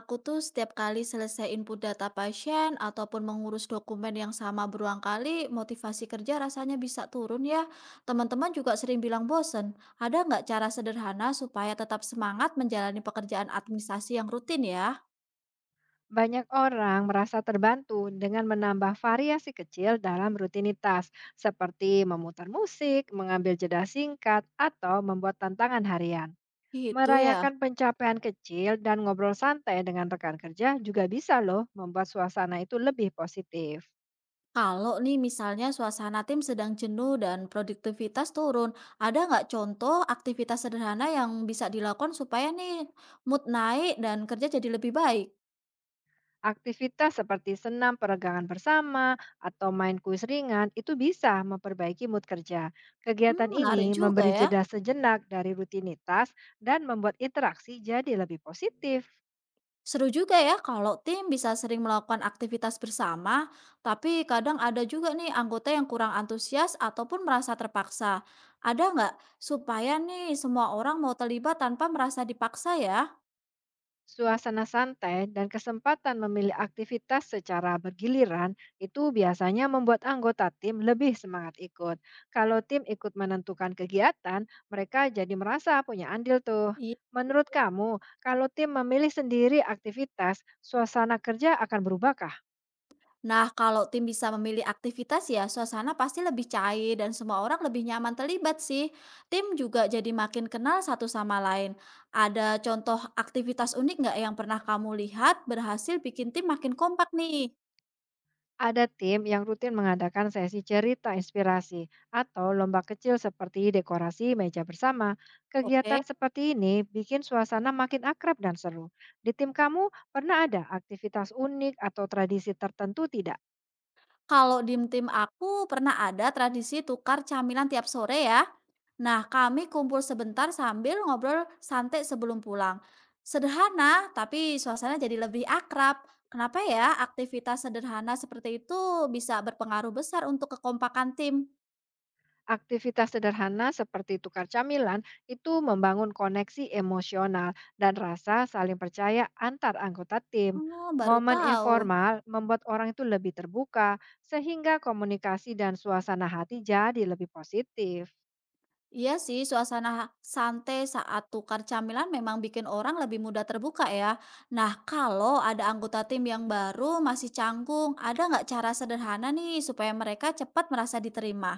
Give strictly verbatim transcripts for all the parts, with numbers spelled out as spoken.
Aku tuh setiap kali selesai input data pasien ataupun mengurus dokumen yang sama berulang kali, motivasi kerja rasanya bisa turun ya. Teman-teman juga sering bilang bosen. Ada nggak cara sederhana supaya tetap semangat menjalani pekerjaan administrasi yang rutin ya? Banyak orang merasa terbantu dengan menambah variasi kecil dalam rutinitas, seperti memutar musik, mengambil jeda singkat, atau membuat tantangan harian. Gitu ya. Merayakan pencapaian kecil dan ngobrol santai dengan rekan kerja juga bisa loh membuat suasana itu lebih positif. Kalau nih misalnya suasana tim sedang jenuh dan produktivitas turun, ada nggak contoh aktivitas sederhana yang bisa dilakukan supaya nih mood naik dan kerja jadi lebih baik? Aktivitas seperti senam peregangan bersama atau main kuis ringan itu bisa memperbaiki mood kerja. Hmm, Kegiatan ini menarik juga memberi ya. jeda sejenak dari rutinitas dan membuat interaksi jadi lebih positif. Seru juga ya kalau tim bisa sering melakukan aktivitas bersama, tapi kadang ada juga nih anggota yang kurang antusias ataupun merasa terpaksa. Ada nggak supaya nih semua orang mau terlibat tanpa merasa dipaksa ya? Suasana santai dan kesempatan memilih aktivitas secara bergiliran itu biasanya membuat anggota tim lebih semangat ikut. Kalau tim ikut menentukan kegiatan, mereka jadi merasa punya andil tuh. Iya. Menurut kamu, kalau tim memilih sendiri aktivitas, suasana kerja akan berubah? Nah, kalau tim bisa memilih aktivitas ya, suasana pasti lebih cair dan semua orang lebih nyaman terlibat sih. Tim juga jadi makin kenal satu sama lain. Ada contoh aktivitas unik nggak yang pernah kamu lihat berhasil bikin tim makin kompak nih? Ada tim yang rutin mengadakan sesi cerita inspirasi atau lomba kecil seperti dekorasi meja bersama. Oke. Kegiatan seperti ini bikin suasana makin akrab dan seru. Di tim kamu pernah ada aktivitas unik atau tradisi tertentu tidak? Kalau di tim aku pernah ada tradisi tukar camilan tiap sore ya. Nah, kami kumpul sebentar sambil ngobrol santai sebelum pulang. Sederhana, tapi suasana jadi lebih akrab. Kenapa ya aktivitas sederhana seperti itu bisa berpengaruh besar untuk kekompakan tim? Aktivitas sederhana seperti tukar camilan itu membangun koneksi emosional dan rasa saling percaya antar anggota tim. Oh, baru Momen tahu. informal membuat orang itu lebih terbuka, sehingga komunikasi dan suasana hati jadi lebih positif. Iya sih, suasana santai saat tukar camilan memang bikin orang lebih mudah terbuka ya. Nah, kalau ada anggota tim yang baru masih canggung, ada nggak cara sederhana nih supaya mereka cepat merasa diterima?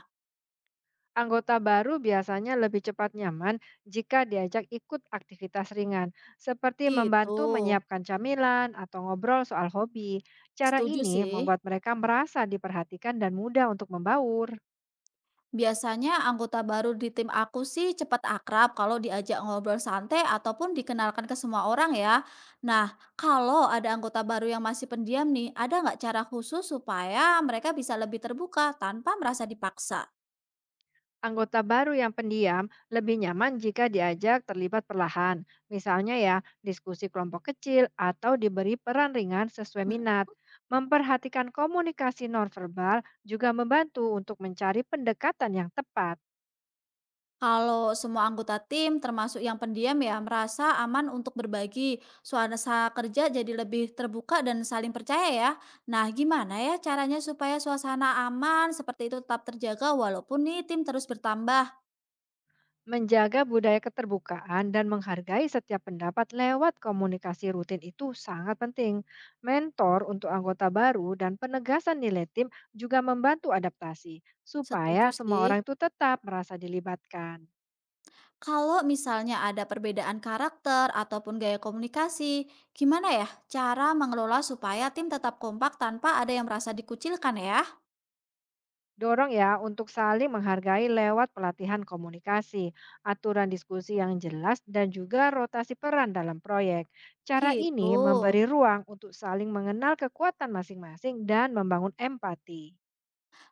Anggota baru biasanya lebih cepat nyaman jika diajak ikut aktivitas ringan, seperti Gitu. membantu menyiapkan camilan atau ngobrol soal hobi. Cara Setuju ini sih. membuat mereka merasa diperhatikan dan mudah untuk membaur. Biasanya anggota baru di tim aku sih cepat akrab kalau diajak ngobrol santai ataupun dikenalkan ke semua orang ya. Nah, kalau ada anggota baru yang masih pendiam nih, ada nggak cara khusus supaya mereka bisa lebih terbuka tanpa merasa dipaksa? Anggota baru yang pendiam lebih nyaman jika diajak terlibat perlahan, misalnya ya diskusi kelompok kecil atau diberi peran ringan sesuai minat. Mhm. Memperhatikan komunikasi nonverbal juga membantu untuk mencari pendekatan yang tepat, Kalau semua anggota tim, termasuk yang pendiam ya, merasa aman untuk berbagi, suasana kerja jadi lebih terbuka dan saling percaya ya. Nah, gimana ya caranya supaya suasana aman seperti itu tetap terjaga walaupun nih tim terus bertambah? menjaga budaya keterbukaan dan menghargai setiap pendapat lewat komunikasi rutin itu sangat penting. Mentor untuk anggota baru dan penegasan nilai tim juga membantu adaptasi supaya Setuju semua sih. orang itu tetap merasa dilibatkan. Kalau misalnya ada perbedaan karakter ataupun gaya komunikasi, gimana ya cara mengelola supaya tim tetap kompak tanpa ada yang merasa dikucilkan ya? Dorong ya untuk saling menghargai lewat pelatihan komunikasi, aturan diskusi yang jelas, dan juga rotasi peran dalam proyek. Cara Gitu. ini memberi ruang untuk saling mengenal kekuatan masing-masing dan membangun empati.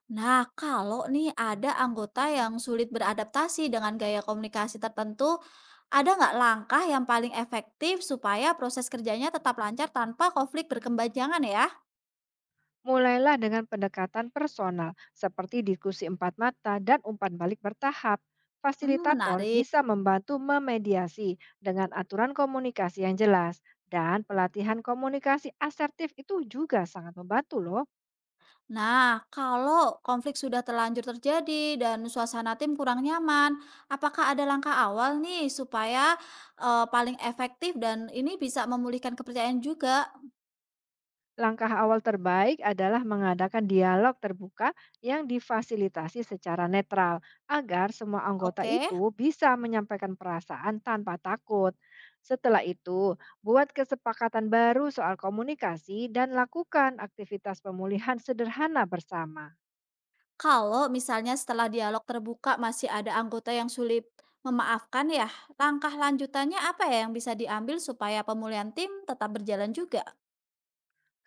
Nah, kalau nih ada anggota yang sulit beradaptasi dengan gaya komunikasi tertentu, ada nggak langkah yang paling efektif supaya proses kerjanya tetap lancar tanpa konflik berkepanjangan ya? Mulailah dengan pendekatan personal, seperti diskusi empat mata dan umpan balik bertahap. Hmm, Fasilitator menarik. bisa membantu memediasi dengan aturan komunikasi yang jelas, dan pelatihan komunikasi asertif itu juga sangat membantu, loh. Nah, kalau konflik sudah terlanjur terjadi dan suasana tim kurang nyaman, apakah ada langkah awal nih supaya eh, paling efektif dan ini bisa memulihkan kepercayaan juga? Langkah awal terbaik adalah mengadakan dialog terbuka yang difasilitasi secara netral agar semua anggota Oke. itu bisa menyampaikan perasaan tanpa takut. Setelah itu, buat kesepakatan baru soal komunikasi dan lakukan aktivitas pemulihan sederhana bersama. Kalau misalnya setelah dialog terbuka masih ada anggota yang sulit memaafkan ya, langkah lanjutannya apa ya yang bisa diambil supaya pemulihan tim tetap berjalan juga?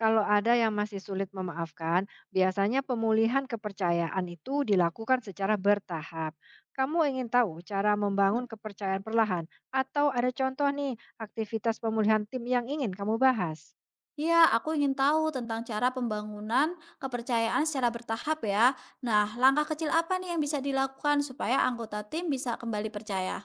Kalau ada yang masih sulit memaafkan, biasanya pemulihan kepercayaan itu dilakukan secara bertahap. Kamu ingin tahu cara Hmm. membangun kepercayaan perlahan, atau ada contoh nih aktivitas pemulihan tim yang ingin kamu bahas? Ya, aku ingin tahu tentang cara pembangunan kepercayaan secara bertahap ya. Nah, langkah kecil apa nih yang bisa dilakukan supaya anggota tim bisa kembali percaya?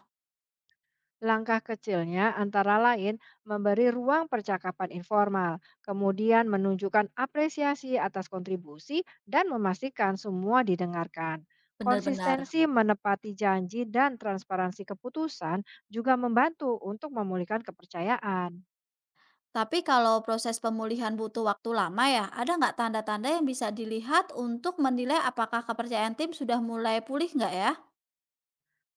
Langkah kecilnya antara lain memberi ruang percakapan informal, kemudian menunjukkan apresiasi atas kontribusi dan memastikan semua didengarkan. Benar-benar. Konsistensi menepati janji dan transparansi keputusan juga membantu untuk memulihkan kepercayaan. Tapi kalau proses pemulihan butuh waktu lama ya, ada nggak tanda-tanda yang bisa dilihat untuk menilai apakah kepercayaan tim sudah mulai pulih nggak ya?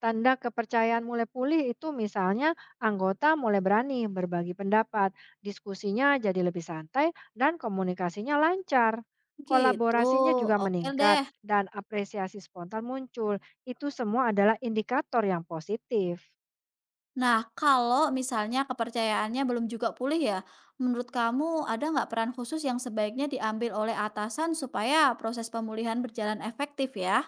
Tanda kepercayaan mulai pulih itu misalnya anggota mulai berani berbagi pendapat, diskusinya jadi lebih santai, dan komunikasinya lancar. Gitu, Kolaborasinya juga oke meningkat deh. dan apresiasi spontan muncul. Itu semua adalah indikator yang positif. Nah, kalau misalnya kepercayaannya belum juga pulih ya, menurut kamu ada nggak peran khusus yang sebaiknya diambil oleh atasan supaya proses pemulihan berjalan efektif ya?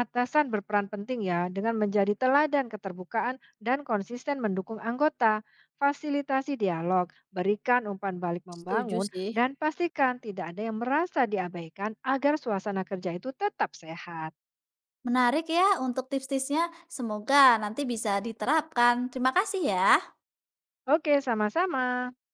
Atasan berperan penting ya dengan menjadi teladan keterbukaan dan konsisten mendukung anggota. Fasilitasi dialog, berikan umpan balik Setuju membangun, sih. dan pastikan tidak ada yang merasa diabaikan agar suasana kerja itu tetap sehat. Menarik ya untuk tips-tipsnya. Semoga nanti bisa diterapkan. Terima kasih ya. Oke, sama-sama.